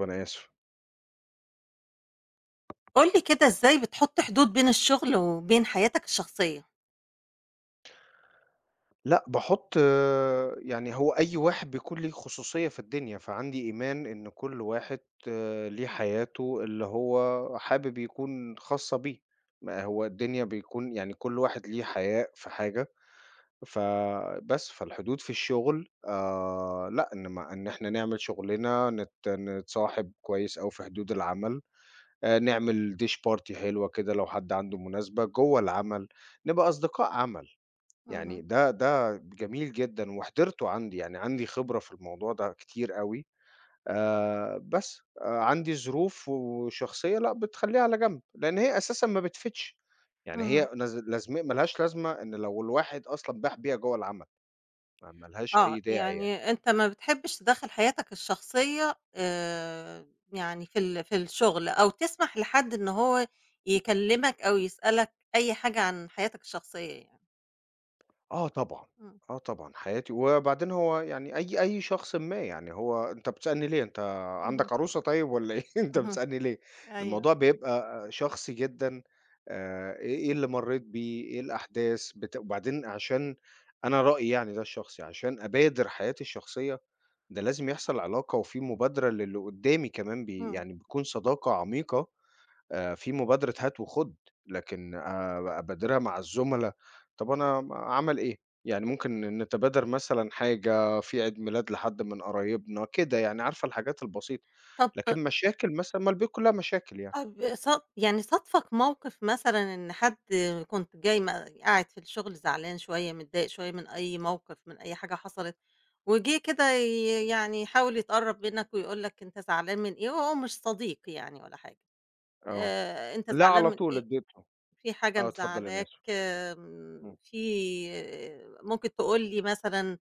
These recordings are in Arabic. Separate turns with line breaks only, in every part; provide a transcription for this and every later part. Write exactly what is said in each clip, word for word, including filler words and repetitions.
وأنا آسف.
قُل لي كده إزاي بتحُط حدود بين الشغل وبين حياتك الشخصية؟
لأ، باحُط يعني هو أي واحد بيكون ليه خصوصية في الدنيا، فعندي إيمان إن كل واحد آه، ليه حياته اللي هو حابب يكون خاصة بيه، ما هو الدنيا بيكون يعني كل واحد ليه حياء في حاجة، فبس، فالحدود في الشغل آآ لأ، إن ما إن إحنا نعمل شغلنا، نت نتصاحب كويس أوي في حدود العمل، آآ نعمل dish party حلوة كده لو حد عنده مناسبة، جوّه العمل، نبقى أصدقاء عمل.
اهم،
يعني ده ده جميل جدًا وحضرته عندي، يعني عندي خبرة في الموضوع ده كتير أوي، آآ بس آآ عندي ظروف وشخصية لأ، بتخلّيها على جنب، لإن هي أساسًا ما بتفيدش، يعني
اهم،
هي نز لازم ما لهاش لازمة إن لو الواحد أصلًا باح بيها جوّه العمل، ما ما لهاش
آه،
أي داعي يعني.
يعني أنت ما بتحبش تدخّل حياتك الشخصية آآ، يعني في ال في الشغل أو تسمح لحد إن هو يكلّمك أو يسألك أي حاجة عن حياتك الشخصية يعني.
آه طبعًا،
إمم،
آه طبعًا حياتي وبعدين هو يعني أي أي شخص ما يعني هو أنت بتسألني ليه، أنت
اهم،
عندك عروسة طيب والّا إيه أنت
اهم،
بتسألني ليه؟
أيوه،
الموضوع بيبقى شخصي جدًا آآ، إيه إيه اللي مرّيت بيه، إيه الأحداث بت وبعدين عشان أنا رأيي يعني ده الشخصي، عشان أبادر حياتي الشخصية ده لازم يحصل علاقة وفي مبادرة للي قدّامي كمان بي
إمم،
يعني بتكون صداقة عميقة آآ في مبادرة هات وخُد، لكن أ أبادرها مع الزُملا، طَب أنا م أعمل إيه؟ يعني ممكن نتبادر مثلًا حاجة، في عيد ميلاد لحد من قرايبنا، كده يعني عارفة الحاجات البسيطة،
طَب
لكن مشاكل مثلًا ما البيوت كلّها مشاكل يعني،
طب ص يعني صادفك موقف مثلًا إن حد كنت جاي م قاعد في الشغل زعلان شوية، متضايق شوية من أي موقف، من أي حاجة حصلت، وجه كده ي يعني يحاول يتقرّب منك ويقول لك أنت زعلان من إيه وهو مش صديق يعني ولا حاجة،
آه،
آآ أنت
لأ
زعلان
على
من
طول
إيه؟
ادّيته
في حاجة
آه، اتفضّلي أنا
مزعلاك،
آسف،
آمم،
إمم.
في آه، ممكن تقول لي مثلًا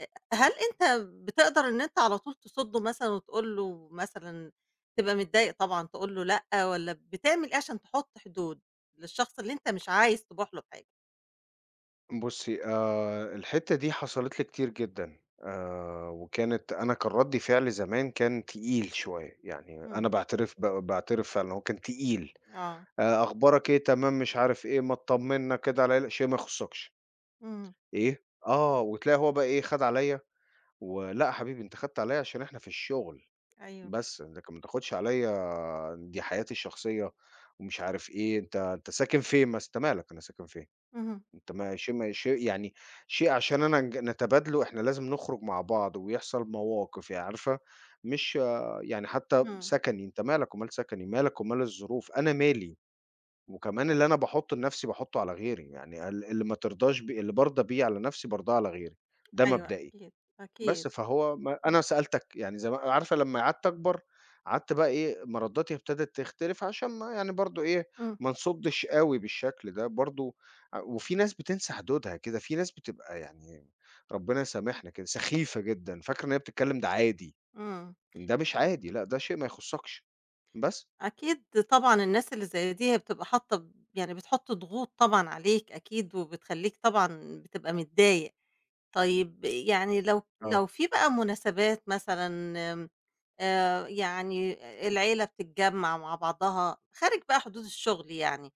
أ هل أنت بتقدر إن أنت على طول تصُدّه مثلًا وتقول له مثلًا تبقى متضايق طبعًا تقول له لأ، والّا بتعمل إيه عشان تحُط حدود للشخص اللي أنت مش عايز تبوح له بحاجة؟
بُصّي آآ الحتّة دي حصلت لي كتير جدًا، آآ وكانت أنا كان ردّي فعلي زمان كان تقيل شوية، يعني أنا
إمم،
باعترف ب باعترف فعلًا هو كان تقيل.
آه،
آآ أخبارك إيه؟ تمام، مش عارف إيه، ما تطمّنا كده عليَّ، لأ شيء ما يخصكش،
إمم،
إيه؟ آه، وتلاقي هو بقى إيه، خَد عليَّ ولأ يا حبيبي أنت خدت عليَّ عشان إحنا في الشغل
أيوه،
بس، لكن ما تاخدش عليَّ دي حياتي الشخصية ومش عارف إيه، أنت أنت ساكن فين مثلًا؟ أنت مالك أنا ساكن فين؟
اهم،
أنت ما شيء ما شيء يعني شيء عشان أنا نج نتبادله إحنا لازم نخرج مع بعض ويحصل مواقف يعني عارفة، مش آه، يعني حتى
إمم،
سكني، أنت مالك ومال سكني، مالك ومال الظروف، أنا مالي. وكمان اللي أنا باحُطّه لنَفْسي باحُطّه على غيري، يعني ال اللي ما ترضاش بيه اللي بارضى بيه على نَفْسي بارضاه على غيري، ده
أيوه
مبدئي.
أكيد، أكيد،
بس فهو ما أنا سألتك يعني زما عارفة لمّا قعدت أكبر، قعدت بقى إيه، مَرَدّاتي ابتدت تختلف عشان ما يعني برضه إيه،
إمم،
ما نصُدّش أوي بالشكل ده برضه ع وفي ناس بتنسى حدودها كده، في ناس بتبقى يعني ربنا يسامحنا كده، سخيفة جدًا، فاكرة إن هي بتتكلّم ده عادي،
إمم،
إن ده مش عادي لأ، ده شيء ما يخُصّكش. بس.
أكيد طبعًا الناس اللي زي دي هي بتبقى حاطة ب يعني بتحُط ضغوط طبعًا عليك أكيد، وبتخلّيك طبعًا بتبقى متضايق. طيب يعني لو
آه،
لو في بقى مناسبات مثلًا آآ يعني العيلة بتتجمّع مع بعضها، خارج بقى حدود الشغل يعني،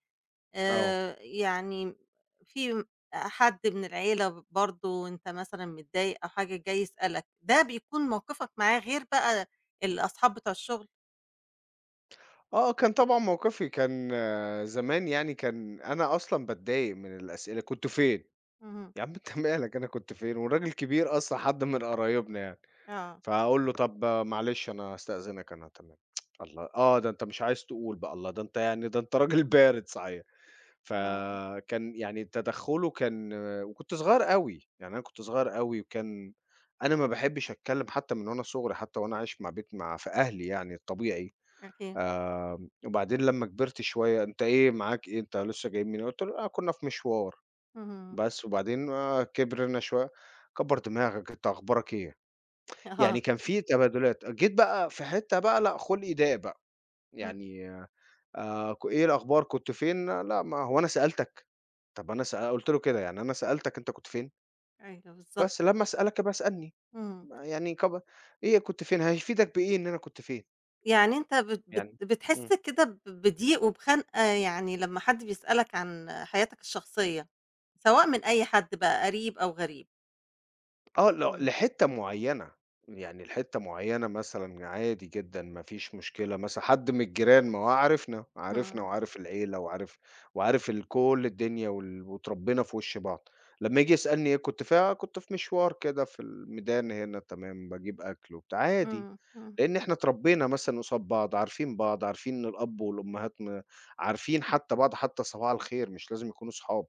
آه.
آآ يعني في حد من العيلة برضه أنت مثلًا متضايق أو حاجة جاي يسألك، ده بيكون موقفك معاه غير بقى الأصحاب بتوع الشغل؟
آه، كان طبعًا موقفي كان آه، زمان يعني كان أنا أصلًا باتضايق من الأسئلة، "كنت فين؟"
اهم،
يا عم أنت مالك أنا كنت فين؟ والراجل كبير أصلًا حد من قرايبنا يعني،
آه،
فأقول له: "طب آه، معلش أنا هاستأذنك أنا تمام." الله! آه، ده أنت مش عايز تقول بقى، الله! ده أنت يعني ده أنت راجل بارد صحيح.
آه،
فكان يعني تدخُّله كان آه، وكنت صغير أوي، يعني أنا كنت صغير أوي وكان أنا ما باحبش أتكلم حتى من وأنا صغري، حتى وأنا عايش مع بيت مع في أهلي يعني الطبيعي.
أكيد،
آمم، وبعدين لمّا كبرت شوية، أنت إيه معاك إيه، أنت لسه جاي منين؟ قُلت له: "لأ، كنا في مشوار."
اهم،
بس وبعدين آآ، كبرنا شوية، كبّر دماغك، أنت أخبارك إيه؟
آه،
يعني كان في تبادلات. جيت بقى في حتة بقى لأ، خُلقي ضاق بقى،
إمم،
يعني آآ، ك إيه الأخبار، كنت فين؟ آه، لأ، ما هو أنا سألتك؟ طب أنا سأ قُلت له كده، يعني أنا سألتك أنت كنت فين؟
أيوه بالضبط،
بس لمّا أسألك ابقى اسألني،
إمم.
يعني كب إيه كنت فين، هيفيدك بإيه إن أنا كنت فين؟
يعني أنت بت بت
يعني
بتحس
إمم.
كده ب بضيق وبخنقة يعني لمّا حد بيسألك عن حياتك الشخصية، سواء من أي حد بقى قريب أو غريب.
آه، ل
إمم،
لحتّة معيّنة، يعني لحتّة معيّنة مثلًا عادي جدًا ما فيش مشكلة، مثلًا حد من الجيران ما هو عارفنا، عارفنا
إمم،
وعارف العيلة وعارف وعارف ال كُلّ الدنيا وال واتربّينا في وِش بعض، لمّا ييجي يسألني إيه كنت فين، آه كنت في مشوار كده في الميدان هنا تمام، باجيب أكل وبتاع، عادي.
إمم، إمم،
لإن إحنا اتربينا مثلًا قصاد بعض، عارفين بعض، عارفين إن الأب والأمهات م عارفين حتى بعض حتى صباح الخير، مش لازم يكونوا صحاب،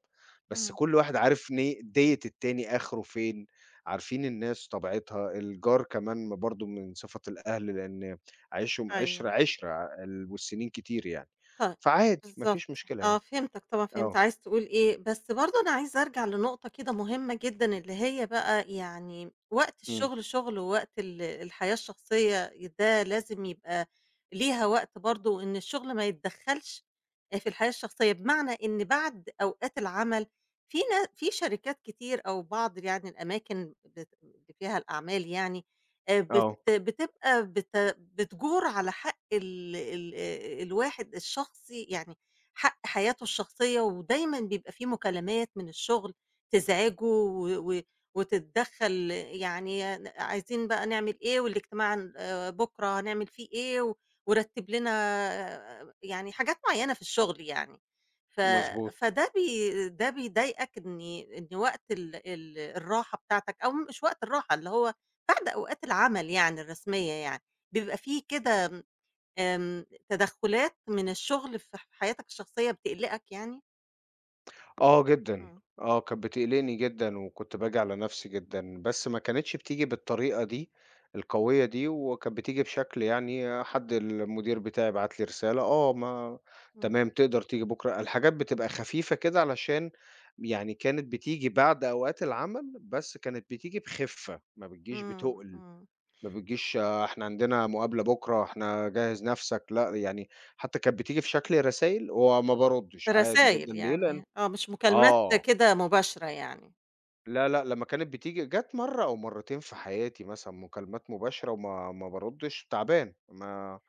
بس
إمم.
كل واحد عارف ني ديّة التاني آخره فين، عارفين الناس طبيعتها، الجار كمان م برضه من صفة الأهل لإن عيشهم
أيوه.
عِشرة، عِشرة ع- ال والسنين كتير يعني،
طيب،
فعادي ما فيش
بالضبط،
مشكلة
آه
يعني.
فهمتك طبعًا، فهمت
آه،
عايز تقول إيه، بس برضه أنا عايزة أرجع لنقطة كده مهمة جدًا، اللي هي بقى يعني وقت
إمم،
الشغل شغل، ووقت ال الحياة الشخصية ده لازم يبقى ليها وقت برضه، وإن الشغل ما يتدخّلش آآ في الحياة الشخصية، بمعنى إن بعد أوقات العمل في نا في شركات كتير أو بعض يعني الأماكن بت اللي فيها الأعمال يعني آآ بت
آه،
بتبقى بت بتجور على حق ال ال آآ الواحد الشخصي، يعني حق حياته الشخصية، ودايمًا بيبقى في مكالمات من الشغل تزعجه و و وتتدخّل يعني ن عايزين بقى نعمل إيه والاجتماع ن آآ بكرة هنعمل فيه إيه و ورتّب لنا، آه، يعني حاجات معيّنة في الشغل يعني. ف
مضبوط.
فده بي ده بيضايقك إن إن وقت ال ال الراحة بتاعتك أو مش وقت الراحة، اللي هو بعد أوقات العمل يعني الرسمية يعني، بيبقى في كده آمم، تدخُّلات من الشغل في ح حياتك الشخصية بتقلقك يعني؟
آه جدًا،
إمم،
آه كانت بتقلقني جدًا، وكنت باجي على نفسي جدًا، بس ما كانتش بتيجي بالطريقة دي القوية دي، وكانت بتيجي بشكل يعني حد المدير بتاعي بعت لي رسالة، آه ما
إمم،
تمام تقدر تيجي بكرة، الحاجات بتبقى خفيفة كده علشان يعني كانت بتيجي بعد أوقات العمل، بس كانت بتيجي بخفة، ما بتجيش
إمم،
بتُقل،
إمم،
ما بتجيش آه، إحنا عندنا مقابلة بكرة، إحنا جهّز نفسك، لأ يعني حتى كانت بتيجي في شكل رسايل وما باردش عادي
رسايل
جدًا، ليه؟ لأن
يعني، آه، مش مكالمات
آه.
كده مباشرة يعني.
لا، لأ، لمّا كانت بتيجي جات مرّة أو مرّتين في حياتي مثلًا مكالمات مباشرة وما ما باردّش، تعبان، ما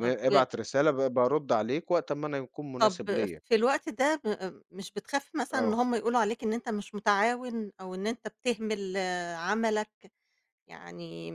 طب
ابعت رسالة ب بارُد عليك وقت أمّا أنا يكون مناسب
طب
ليّا،
في الوقت ده م مش بتخاف مثلًا إن
آه،
هم يقولوا عليك إن أنت مش متعاون أو إن أنت بتهمل آه، عملك؟ يعني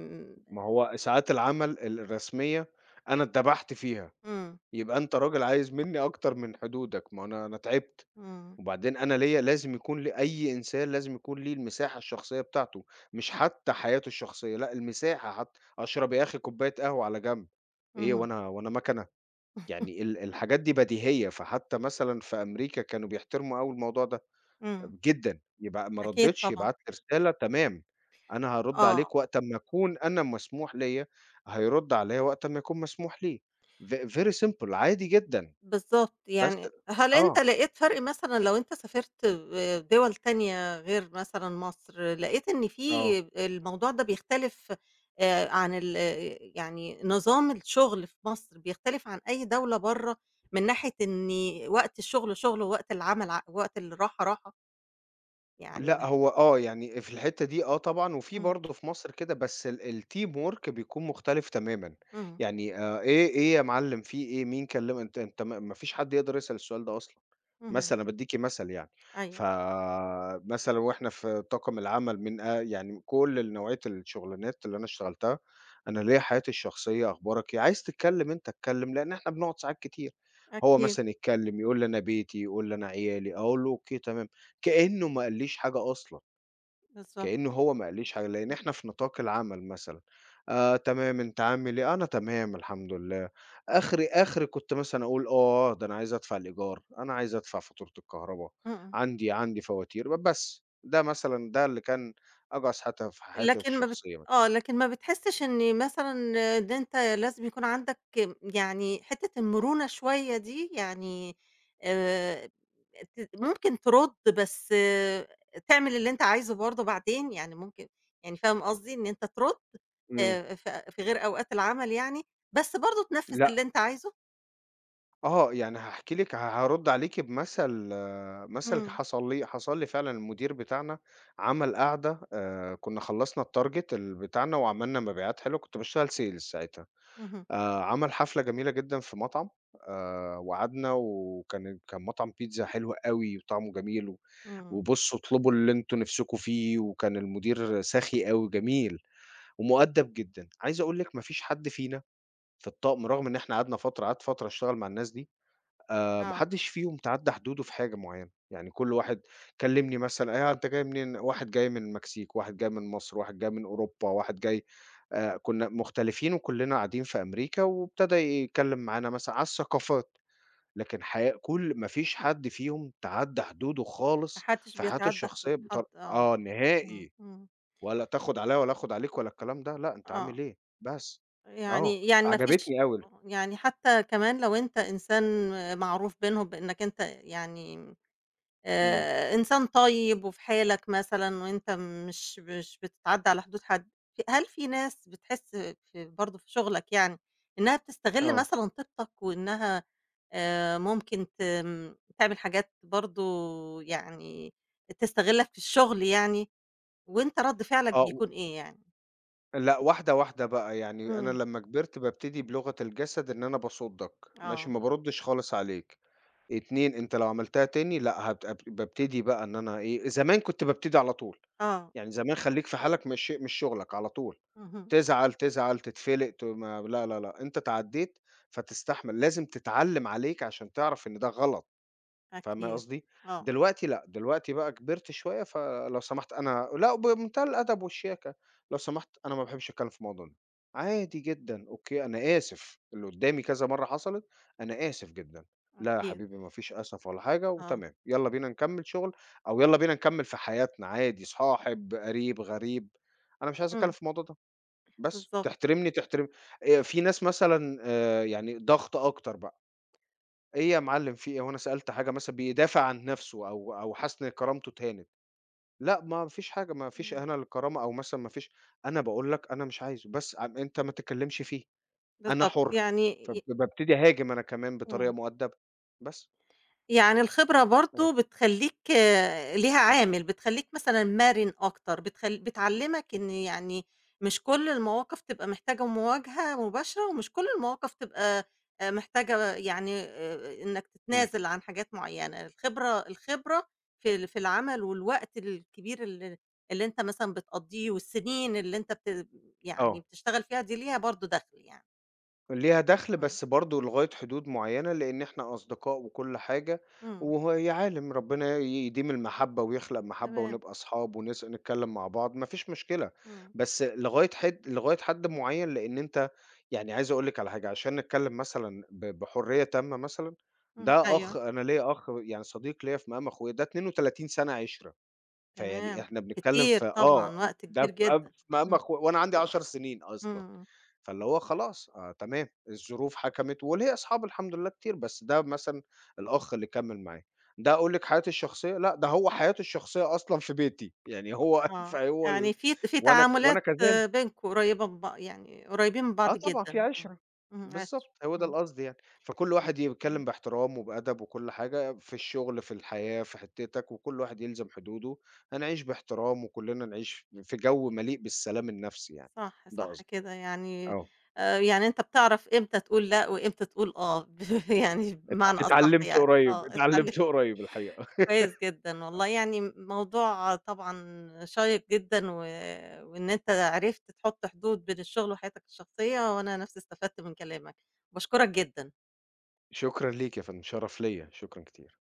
ما هو ساعات العمل ال الرسمية أنا اتدبحت فيها،
إمم، إمم،
يبقى أنت راجل عايز منّي أكتر من حدودك، ما هو أنا أنا تعبت،
إمم،
وبعدين أنا ليّا لازم يكون لي أي إنسان لازم يكون ليه المساحة الشخصية بتاعته، مش حتى حياته الشخصية، لأ المساحة حتى، أشرب يا أخي كوباية قهوة على جنب، إيه
اهم،
وأنا وأنا مكنة يعني ال الحاجات دي بديهية، فحتى مثلًا في أمريكا كانوا بيحترموا أوي الموضوع ده
إمم،
جدًا، يبقى ما
أكيد
ردّيتش
طبعًا،
يبعت لي رسالة تمام، أنا هارُد
آه.
عليك وقت أمّا أكون أنا مسموح ليّا، هيرُد عليّا وقت أمّا يكون مسموح ليه، v very simple عادي جدًا،
بالضبط،
بس
يعني هل أنت
آه،
لقيت فرق مثلًا لو أنت سافرت ب دِوَل تانية غير مثلًا مصر، لقيت إن
آه.
في الموضوع ده بيختلف آآ عن ال يعني نظام الشغل في مصر بيختلف عن أي دولة برّه، من ناحية إن وقت الشغل شغل، ووقت العمل ع ووقت الراحة راحة، يعني
لأ،
ما
هو آه، يعني في الحتّة دي آه طبعًا، وفي
إمم،
برضه في مصر كده بس ال الteam work بيكون مختلف تمامًا،
إمم،
يعني آآ إيه إيه يا معلم في إيه، مين كلم أنت أنت ما ما فيش حد يقدر يسأل السؤال ده أصلًا،
اهم،
مثلًا أنا بادّيكِ مثل يعني،
أيوه،
فمثلًا وإحنا في طاقم العمل من أ يعني كل ال نوعية الشغلانات اللي أنا اشتغلتها، أنا ليّا حياتي الشخصية أخبارك إيه، عايز تتكلم أنت اتكلم، لإن إحنا بنقعد ساعات كتير، هو
أكيد،
مثلًا يتكلم يقول لي أنا بيتي، يقول لي أنا عيالي، أقول له أوكي تمام. كإنه ما قاليش حاجة أصلًا،
بالضبط،
كإنه هو ما قاليش حاجة، لإن
إمم،
إحنا في نطاق العمل مثلًا، آآ تمام، أنت عامل إيه؟ أنا تمام الحمد لله. آخري، آخري كنت مثلًا أقول آه، ده أنا عايز أدفع الإيجار، أنا عايز أدفع فاتورة الكهربا،
إمم.
عندي، عندي فواتير، ب بس. ده مثلًا ده اللي كان أقصى حتف حياتي
لكن ما بت
الشخصية.
آه، لكن ما بتحسّش إن مثلًا إن أنت لازم يكون عندك يعني حتّة المرونة شوية دي، يعني آآ ت ممكن ترُد بس آه، تعمل اللي أنت عايزه برضه بعدين، يعني ممكن يعني فاهم قصدي، إن أنت ترُد
إمم.
آآ ف في غير أوقات العمل يعني، بس برضه تنفّذ
لأ
اللي أنت عايزه؟
آه، يعني هاحكي لِك ه هارُدّ عليكِ بمَثَل آه، مثل
إمم،
حصل لي حصل لي فعلًا المدير بتاعنا عمل قعدة آآ، كنا خلّصنا الtarget ال بتاعنا وعملنا مبيعات حلوة، كنت باشتغل sales ساعتها،
اهم،
آآ، عمل حفلة جميلة جدًا في مطعم آآ، وقعدنا وكان كان مطعم بيتزا حلو أوي وطعمه جميل، و
إمم،
وبُصّوا اطلبوا اللي أنتم نِفْسكم فيه، وكان المدير سَخي أوي جميل ومؤدّب جدًا، عايز أقول لِك ما فيش حد فينا في الطقم رغم إن إحنا قعدنا فترة قعدت فترة أشتغل مع الناس دي آآ ما
آه،
حدّش فيهم تعدّى حدوده في حاجة معيّنة، يعني كل واحد كلّمني مثلًا "آآ أنت جاي منين؟" واحد جاي من المكسيك، واحد جاي من مصر، واحد جاي من أوروبا، واحد جاي آآ كُنّا مختلفين وكلّنا قاعدين في أمريكا، وابتدى يتكلّم معانا مثلًا على الثقافات، لكن حياة كل ما فيش حد فيهم تعدّى حدوده
ما
خالص
حدش
في حياته
بيتعدّى حدود
الشخصية
حد
بطر
آه،
آه
إمم،
نهائي،
إمم،
ولا تاخد عليّا ولا آخد عليك ولا الكلام ده، لأ أنت عامل
آه.
إيه بس. آه،
يعني يعني ما فيش
فعجبتني أوي ال
آه، يعني حتى كمان لو أنت إنسان معروف بينهم بإنّك أنت يعني
إمم،
آآ إنسان طيب وفي حالك مثلًا وأنت مش مش بتتعدّى على حدود حد، ف هل في ناس بتحس في برضه في شغلك يعني إنّها بتستغل
آه،
مثلًا طيبتك وإنّها آآ ممكن ت آمم، تعمل حاجات برضه يعني تستغلّك في الشغل يعني، وأنت رَد فعلك
آه.
بيكون إيه يعني؟
لأ، واحدة، واحدة بقى، يعني أنا
إمم،
لمّا كبرت بابتدي بلغة الجسد إن أنا باصُدّك، ماشي،
آه،
ما باردّش خالص عليك، اتنين أنت لو عملتها تاني لأ، هابقى ب بابتدي بقى إن أنا إيه، زمان كنت بابتدي على طول،
آه،
يعني زمان خلّيك في حالك مش مش شُغلك على طول،
اهم.
تزعل، تزعل، تتفلِق، ت ما لا، لا، لأ، أنت اتعدّيت فتستحمل، لازم تتعلّم عليك عشان تعرف إن ده غلط. فاهمة
أكيد،
قصدي؟
آه،
دلوقتي لأ، دلوقتي بقى كبرت شوية، فلو سمحت أنا لأ، وبمنتهى الأدب والشياكة، لو سمحت أنا ما باحبش أتكلم في الموضوع ده، عادي جدًا، أوكي، أنا آسف، اللي قدامي كذا مرّة حصلت، أنا آسف جدًا، لا يا
أكيد،
حبيبي ما فيش آسف ولا حاجة
آه،
وتمام، يالّا بينا نكمّل شغل أو يالّا بينا نكمّل في حياتنا عادي، صاحب، قريب، غريب، أنا مش عايز أتكلم
إمم،
في الموضوع ده، بس
بالضبط،
تحترمني تحترم آآ، في ناس مثلًا آآ، يعني ضغط أكتر بقى. إيه يا معلم في إيه، هو أنا سألت حاجة مثلًا بيدافع عن نَفْسه أو أو حاسس إن كرامته اتهانت، لأ ما فيش حاجة، ما فيش
إمم،
إهانة للكرامة أو مثلًا ما فيش أنا باقول لك أنا مش عايزه بس ع أنت ما تتكلمش فيه، أنا
بالضبط،
حُر،
يعني
فب
ي
بابتدي أهاجم أنا كمان بطريقة
إمم.
مؤدبة، بس.
يعني الخبرة
آه،
برضه بتخلّيك آه، ليها عامل، بتخلّيك مثلًا مرِن أكتر، بتخل بتعلّمك إن يعني مش كل المواقف تبقى محتاجة مواجهة مباشرة، ومش كل المواقف تبقى آآ محتاجة يعني آآ إنّك
إمم.
تتنازل عن حاجات معيّنة، الخبرة الخبرة في ال في العمل والوقت الكبير ال اللي أنت مثلًا بتقضّيه والسنين اللي أنت بت يعني
آه.
بتشتغل فيها دي ليها برضه دخْل يعني.
ليها دخل
إمم،
بس برضه لغاية حدود معيّنة، لإن إحنا أصدقاء وكل حاجة،
إمم،
وهو يا عالِم ربنا يديم المَحبّة ويخلق مَحبّة
تمام،
ونبقى أصحاب ونس نتكلّم مع بعض، ما فيش مشكلة،
إمم،
بس لغاية حد لغاية حد معيّن، لإن أنت يعني عايز أقول لِك على حاجة، عشان نتكلّم مثلًا ب بحُرية تامة مثلًا،
إمم،
ده
أيوه.
أخ أنا ليّا أخ يعني صديق ليّا في مقام أخويا، ده اتنين وتلاتين سَنة عِشرة. فيعني
تمام،
إحنا بنتكلّم
كتير
في آه،
طبعًا، وقت
ده
كبير
في أب
جدًا.
في مقام
إمم،
أخو وأنا عندي عشر سنين أصلًا،
إمم،
فاللي هو خلاص آه تمام، الظروف حكمت وليّا أصحاب الحمد لله كتير، بس ده مثلًا الأخ اللي كمّل معايا، ده أقول لِك حياتي الشخصية، لأ ده هو حياته الشخصية أصلًا في بيتي، يعني هو
آه،
فهو ال
يعني في في
وأنا ك وأنا
تعاملات
كذلك.
آه، بينكم قريبة من بع يعني قريبين من
آه
بعض
طبعًا في
جدًا، إمم،
عِشرة،
إمم، عِشرة،
بالضبط، هو ده
إمم،
القصد يعني، فكل واحد
إمم،
يتكلّم باحترام وبأدب وكل حاجة، في الشغل، في الحياة، في حتّتك، وكل واحد يلزم حدوده، هنعيش باحترام وكلّنا نعيش في جو مليء بالسلام النفسي يعني،
صح،
ده
صح
قصدي،
كده يعني
آه،
آآ، يعني أنت بتعرف إمتى تقول لأ وإمتى تقول آه، ب يعني
اتع
بمعنى أصح
اتعلّمت
يعني،
قريّب،
آه، اتعلمت
اتعلّمت قريّب الحقيقة،
كويس جدًا
آه،
والله، يعني موضوع طبعًا شيّق جدًا و وإن أنت عرفت تحُط حدود بين الشغل وحياتك الشخصية، وأنا نَفْسي استفدت من كلامك، باشكرك جدًا.
شكرًا ليك يا فندم، شرف ليّا، شكرًا كتير.